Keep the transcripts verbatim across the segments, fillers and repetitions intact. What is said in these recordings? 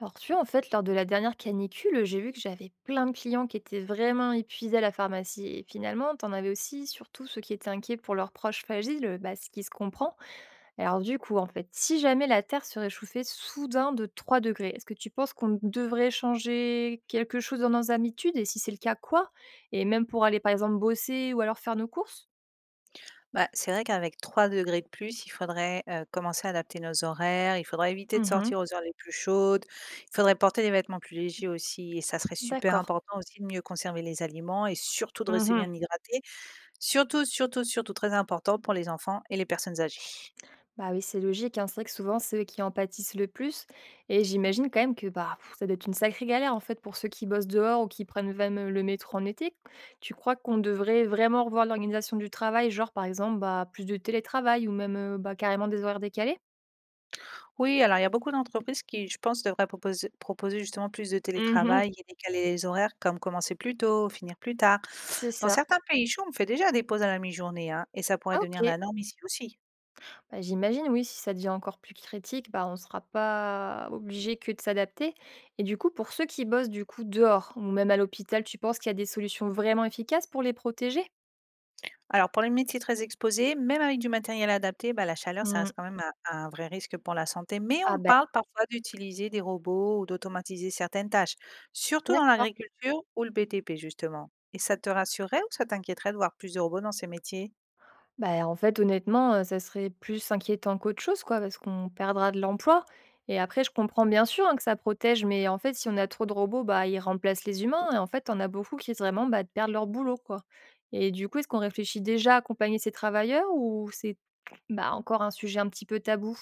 Alors tu vois, en fait, lors de la dernière canicule, j'ai vu que j'avais plein de clients qui étaient vraiment épuisés à la pharmacie. Et finalement, t'en avais aussi surtout ceux qui étaient inquiets pour leurs proches fragiles, bah, ce qui se comprend. Alors du coup, en fait, si jamais la Terre se réchauffait soudain de trois degrés, est-ce que tu penses qu'on devrait changer quelque chose dans nos habitudes? Et si c'est le cas, quoi? Et même pour aller, par exemple, bosser ou alors faire nos courses? Bah, c'est vrai qu'avec trois degrés de plus, il faudrait, heu, commencer à adapter nos horaires, il faudrait éviter de Mhm. sortir aux heures les plus chaudes, il faudrait porter des vêtements plus légers aussi et ça serait super D'accord. important aussi de mieux conserver les aliments et surtout de rester Mhm. bien hydraté. Surtout, surtout, surtout très important pour les enfants et les personnes âgées. Bah oui, c'est logique, hein. C'est vrai que souvent, c'est eux qui en pâtissent le plus. Et Mmh. j'imagine quand même que bah, pff, ça doit être une sacrée galère en fait pour ceux qui bossent dehors ou qui prennent même euh, le métro en été. Tu crois qu'on devrait vraiment revoir l'organisation du travail, genre par exemple bah, plus de télétravail ou même euh, bah, carrément des horaires décalés? Oui, alors il y a beaucoup d'entreprises qui, je pense, devraient proposer proposer justement plus de Mhm, télétravail et décaler les horaires comme commencer plus tôt, finir plus tard. c'est Dans ça. certains pays chauds, on fait déjà des pauses à la mi-journée, hein, et ça pourrait Ah, devenir ok. la norme ici aussi. Bah, j'imagine, oui, si ça devient encore plus critique, bah, on ne sera pas obligé que de s'adapter. Et du coup, pour ceux qui bossent du coup dehors ou même à l'hôpital, tu penses qu'il y a des solutions vraiment efficaces pour les protéger? Alors pour les métiers très exposés, même avec du matériel adapté, bah, la chaleur, ça reste quand même un un vrai risque pour la santé. Mais Ah on bah, parle parfois d'utiliser des robots ou d'automatiser certaines tâches, surtout dans d'accord. l'agriculture ou le B T P justement. Et ça te rassurerait ou ça t'inquiéterait de voir plus de robots dans ces métiers? Bah, en fait, honnêtement, heu, ça serait plus inquiétant qu'autre chose, quoi, parce qu'on perdra de l'emploi et après je comprends bien sûr, hein, que ça protège, mais en fait, si on a trop de robots, bah, ils remplacent les humains et en fait, on a beaucoup qui risquent vraiment, bah, de perdre leur boulot, quoi et du coup, est-ce qu'on réfléchit déjà à accompagner ces travailleurs ou c'est, bah, encore un sujet un petit peu tabou?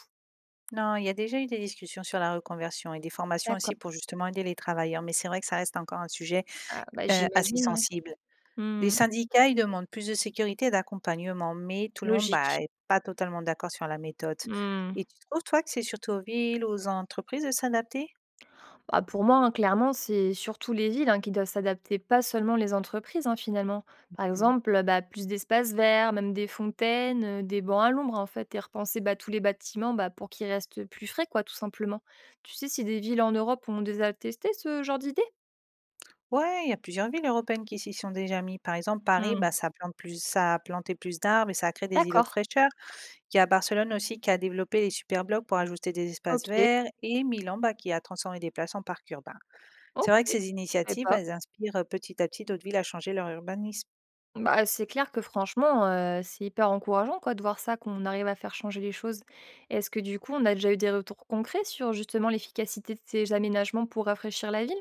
Non, il y a déjà eu des discussions sur la reconversion et des formations D'accord. aussi pour justement aider les travailleurs, mais c'est vrai que ça reste encore un sujet Ah bah, euh, assez j'imagine, ouais. sensible. Les Mmh. syndicats, ils demandent plus de sécurité et d'accompagnement, mais tout le monde Logique. bah, est pas totalement d'accord sur la méthode. Mmh. Et tu trouves, toi, que c'est surtout aux villes, aux entreprises de s'adapter? Bah, pour moi, hein, clairement, c'est surtout les villes hein, qui doivent s'adapter, pas seulement les entreprises, hein, finalement. Par Mm. exemple, euh, bah, plus d'espaces verts, même des fontaines, euh, des bancs à l'ombre, en fait, et repenser bah, tous les bâtiments bah, pour qu'ils restent plus frais, quoi, tout simplement. Tu sais si des villes en Europe ont déjà testé ce genre d'idée? Ouais, il y a plusieurs villes européennes qui s'y sont déjà mis. Par exemple, Paris, Hmm. bah, ça plante plus, ça a planté plus d'arbres et ça a créé des îlots D'accord. de fraîcheur. Il y a Barcelone aussi qui a développé les superblocs pour ajouter des espaces Ok. verts, et Milan, bah, qui a transformé des places en parcs urbains. C'est Ok. vrai que Je ces savais initiatives, pas. elles inspirent euh, petit à petit d'autres villes à changer leur urbanisme. Bah, c'est clair que franchement, heu, c'est hyper encourageant quoi de voir ça, qu'on arrive à faire changer les choses. Est-ce que du coup, on a déjà eu des retours concrets sur justement l'efficacité de ces aménagements pour rafraîchir la ville?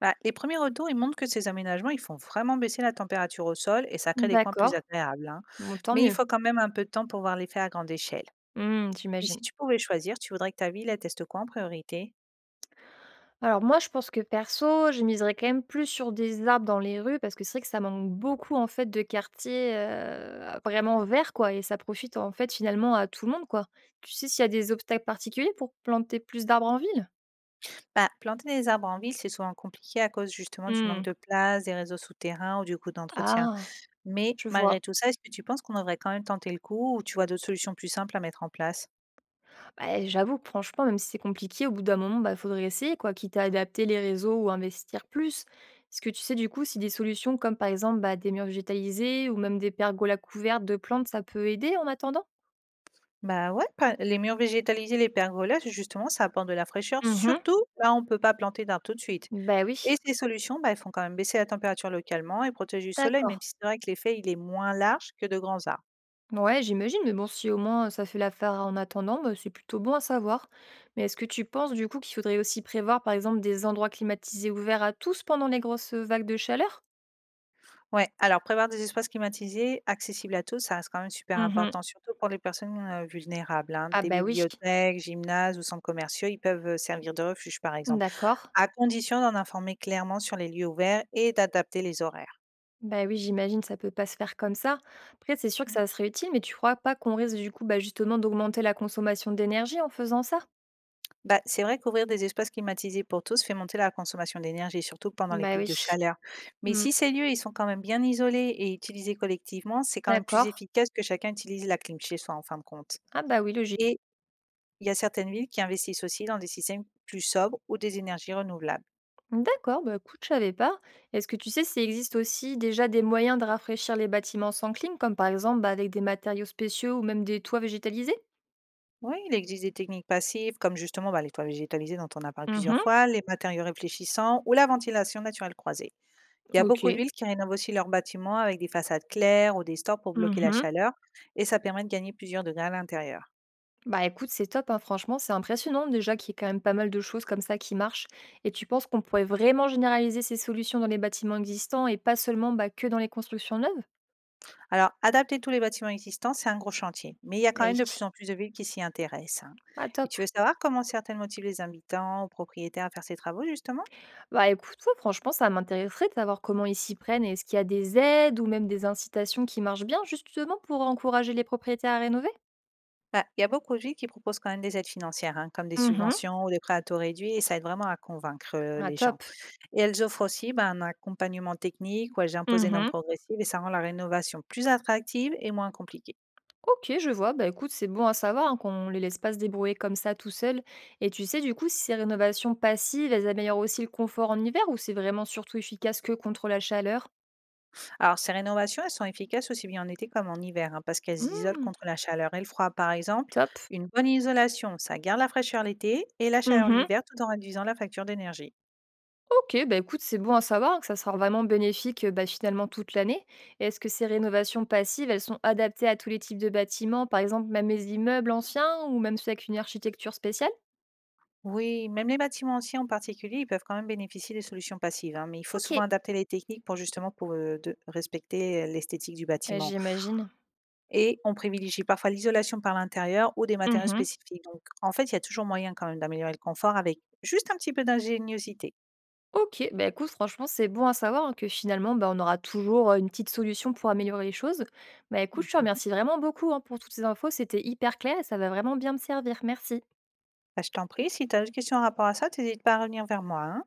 Bah, les premiers retours, ils montrent que ces aménagements, ils font vraiment baisser la température au sol et ça crée des coins plus D'accord, agréables, hein. bon tant Mais il mieux. faut quand même un peu de temps pour voir l'effet à grande échelle. Mmh, Et si j'imagine. tu pouvais choisir, tu voudrais que ta ville, elle teste quoi en priorité? Alors moi, je pense que perso, je miserais quand même plus sur des arbres dans les rues parce que c'est vrai que ça manque beaucoup en fait de quartiers, heu, vraiment verts quoi et ça profite en fait finalement à tout le monde quoi. Tu sais s'il y a des obstacles particuliers pour planter plus d'arbres en ville? Bah, planter des arbres en ville, c'est souvent compliqué à cause justement du Mmh. manque de place, des réseaux souterrains ou du coût d'entretien. Ah! Mais Je vois. malgré tout ça, est-ce que tu penses qu'on devrait quand même tenter le coup ou tu vois d'autres solutions plus simples à mettre en place? Bah, j'avoue que franchement, même si c'est compliqué, au bout d'un moment, bah, il faudrait essayer, quoi, quitte à adapter les réseaux ou investir plus. Est-ce que tu sais du coup si des solutions comme par exemple bah, des murs végétalisés ou même des pergolas couvertes de plantes, ça peut aider en attendant? Bah, ouais, pa les murs végétalisés, les pergolas, justement, ça apporte de la fraîcheur, Mhm. surtout là où on ne peut pas planter d'arbres tout de suite, Bah oui, et ces solutions, bah, elles font quand même baisser la température localement et protègent du soleil, même d'accord. si c'est vrai que l'effet, il est moins large que de grands arbres. Ouais, j'imagine, mais bon, si au moins ça fait l'affaire en attendant, bah, c'est plutôt bon à savoir. Mais est-ce que tu penses du coup qu'il faudrait aussi prévoir par exemple des endroits climatisés ouverts à tous pendant les grosses vagues de chaleur? Ouais, alors prévoir des espaces climatisés accessibles à tous, ça reste quand même super Mhm. important, surtout pour les personnes, heu, vulnérables, hein. Ah Des bah oui, bibliothèques, gymnases ou centres commerciaux, ils peuvent, heu, servir de refuge, par exemple, d'accord. à condition d'en informer clairement sur les lieux ouverts et d'adapter les horaires. Bah oui, j'imagine, ça peut pas se faire comme ça. Après, c'est sûr que ça serait utile, mais tu crois pas qu'on risque du coup bah, justement d'augmenter la consommation d'énergie en faisant ça? Bah, c'est vrai qu'ouvrir des espaces climatisés pour tous fait monter la consommation d'énergie, surtout pendant les Bah pics oui. de chaleur. Mais Mm. si ces lieux, ils sont quand même bien isolés et utilisés collectivement, c'est quand même plus D'accord. efficace que chacun utilise la clim chez soi, en fin de compte. Ah bah oui, logique. Et il y a certaines villes qui investissent aussi dans des systèmes plus sobres ou des énergies renouvelables. D'accord, bah écoute, je savais pas. Est-ce que tu sais s'il existe aussi déjà des moyens de rafraîchir les bâtiments sans clim, comme par exemple bah, avec des matériaux spéciaux ou même des toits végétalisés? Oui, il existe des techniques passives, comme justement bah, les toits végétalisés dont on a parlé plusieurs Mhm, fois, les matériaux réfléchissants ou la ventilation naturelle croisée. Il y a beaucoup de ok. villes qui rénovent aussi leurs bâtiments avec des façades claires ou des stores pour bloquer la Mhm. chaleur, et ça permet de gagner plusieurs degrés à l'intérieur. Bah écoute, c'est top, hein, franchement, c'est impressionnant déjà qu'il y ait quand même pas mal de choses comme ça qui marchent. Et tu penses qu'on pourrait vraiment généraliser ces solutions dans les bâtiments existants et pas seulement bah, que dans les constructions neuves? Alors, adapter tous les bâtiments existants, c'est un gros chantier, mais il y a quand Eh. même de plus en plus de villes qui s'y intéressent, hein. Ah Et top. tu veux savoir comment certaines motivent les habitants ou propriétaires à faire ces travaux, justement? Bah écoute, ouais, franchement, ça m'intéresserait de savoir comment ils s'y prennent. Est-ce qu'il y a des aides ou même des incitations qui marchent bien justement pour encourager les propriétaires à rénover? Bah, il y a beaucoup de villes qui proposent quand même des aides financières, hein, comme des Mhm. subventions ou des prêts à taux réduits, et ça aide vraiment à convaincre euh, Ah les gens. top. Et elles offrent aussi bah, un accompagnement technique où elles imposent des normes Mhm. progressives et ça rend la rénovation plus attractive et moins compliquée. Ok, je vois. Bah écoute, c'est bon à savoir hein, qu'on les laisse pas se débrouiller comme ça tout seuls. Et tu sais, du coup, si ces rénovations passives, elles améliorent aussi le confort en hiver ou c'est vraiment surtout efficace que contre la chaleur? Alors, ces rénovations, elles sont efficaces aussi bien en été comme en hiver, hein, parce qu'elles isolent Hmm, contre la chaleur et le froid. Par exemple, top. une bonne isolation, ça garde la fraîcheur l'été et la chaleur Mhm. l'hiver tout en réduisant la facture d'énergie. Ok, bah écoute, c'est bon à savoir hein, que ça sera vraiment bénéfique euh, bah, finalement toute l'année. Et est-ce que ces rénovations passives, elles sont adaptées à tous les types de bâtiments, par exemple même les immeubles anciens ou même ceux avec une architecture spéciale? Oui, même les bâtiments anciens en particulier, ils peuvent quand même bénéficier des solutions passives, hein, mais il faut Ok, souvent adapter les techniques pour justement pour, euh, de respecter euh, l'esthétique du bah, bâtiment. j'imagine. Et on privilégie parfois l'isolation par l'intérieur ou des matériaux Mhm. spécifiques. Donc, en fait, il y a toujours moyen quand même d'améliorer le confort avec juste un petit peu d'ingéniosité. OK, bah, écoute, franchement, c'est bon à savoir, hein, que finalement, bah, on aura toujours, heu, une petite solution pour améliorer les choses. Bah, écoute, je te remercie vraiment beaucoup, hein, pour toutes ces infos, c'était hyper clair et ça va vraiment bien me servir. Merci. Bah, je t'en prie, si tu as d'autres questions en rapport à ça, n'hésite pas à revenir vers moi, hein.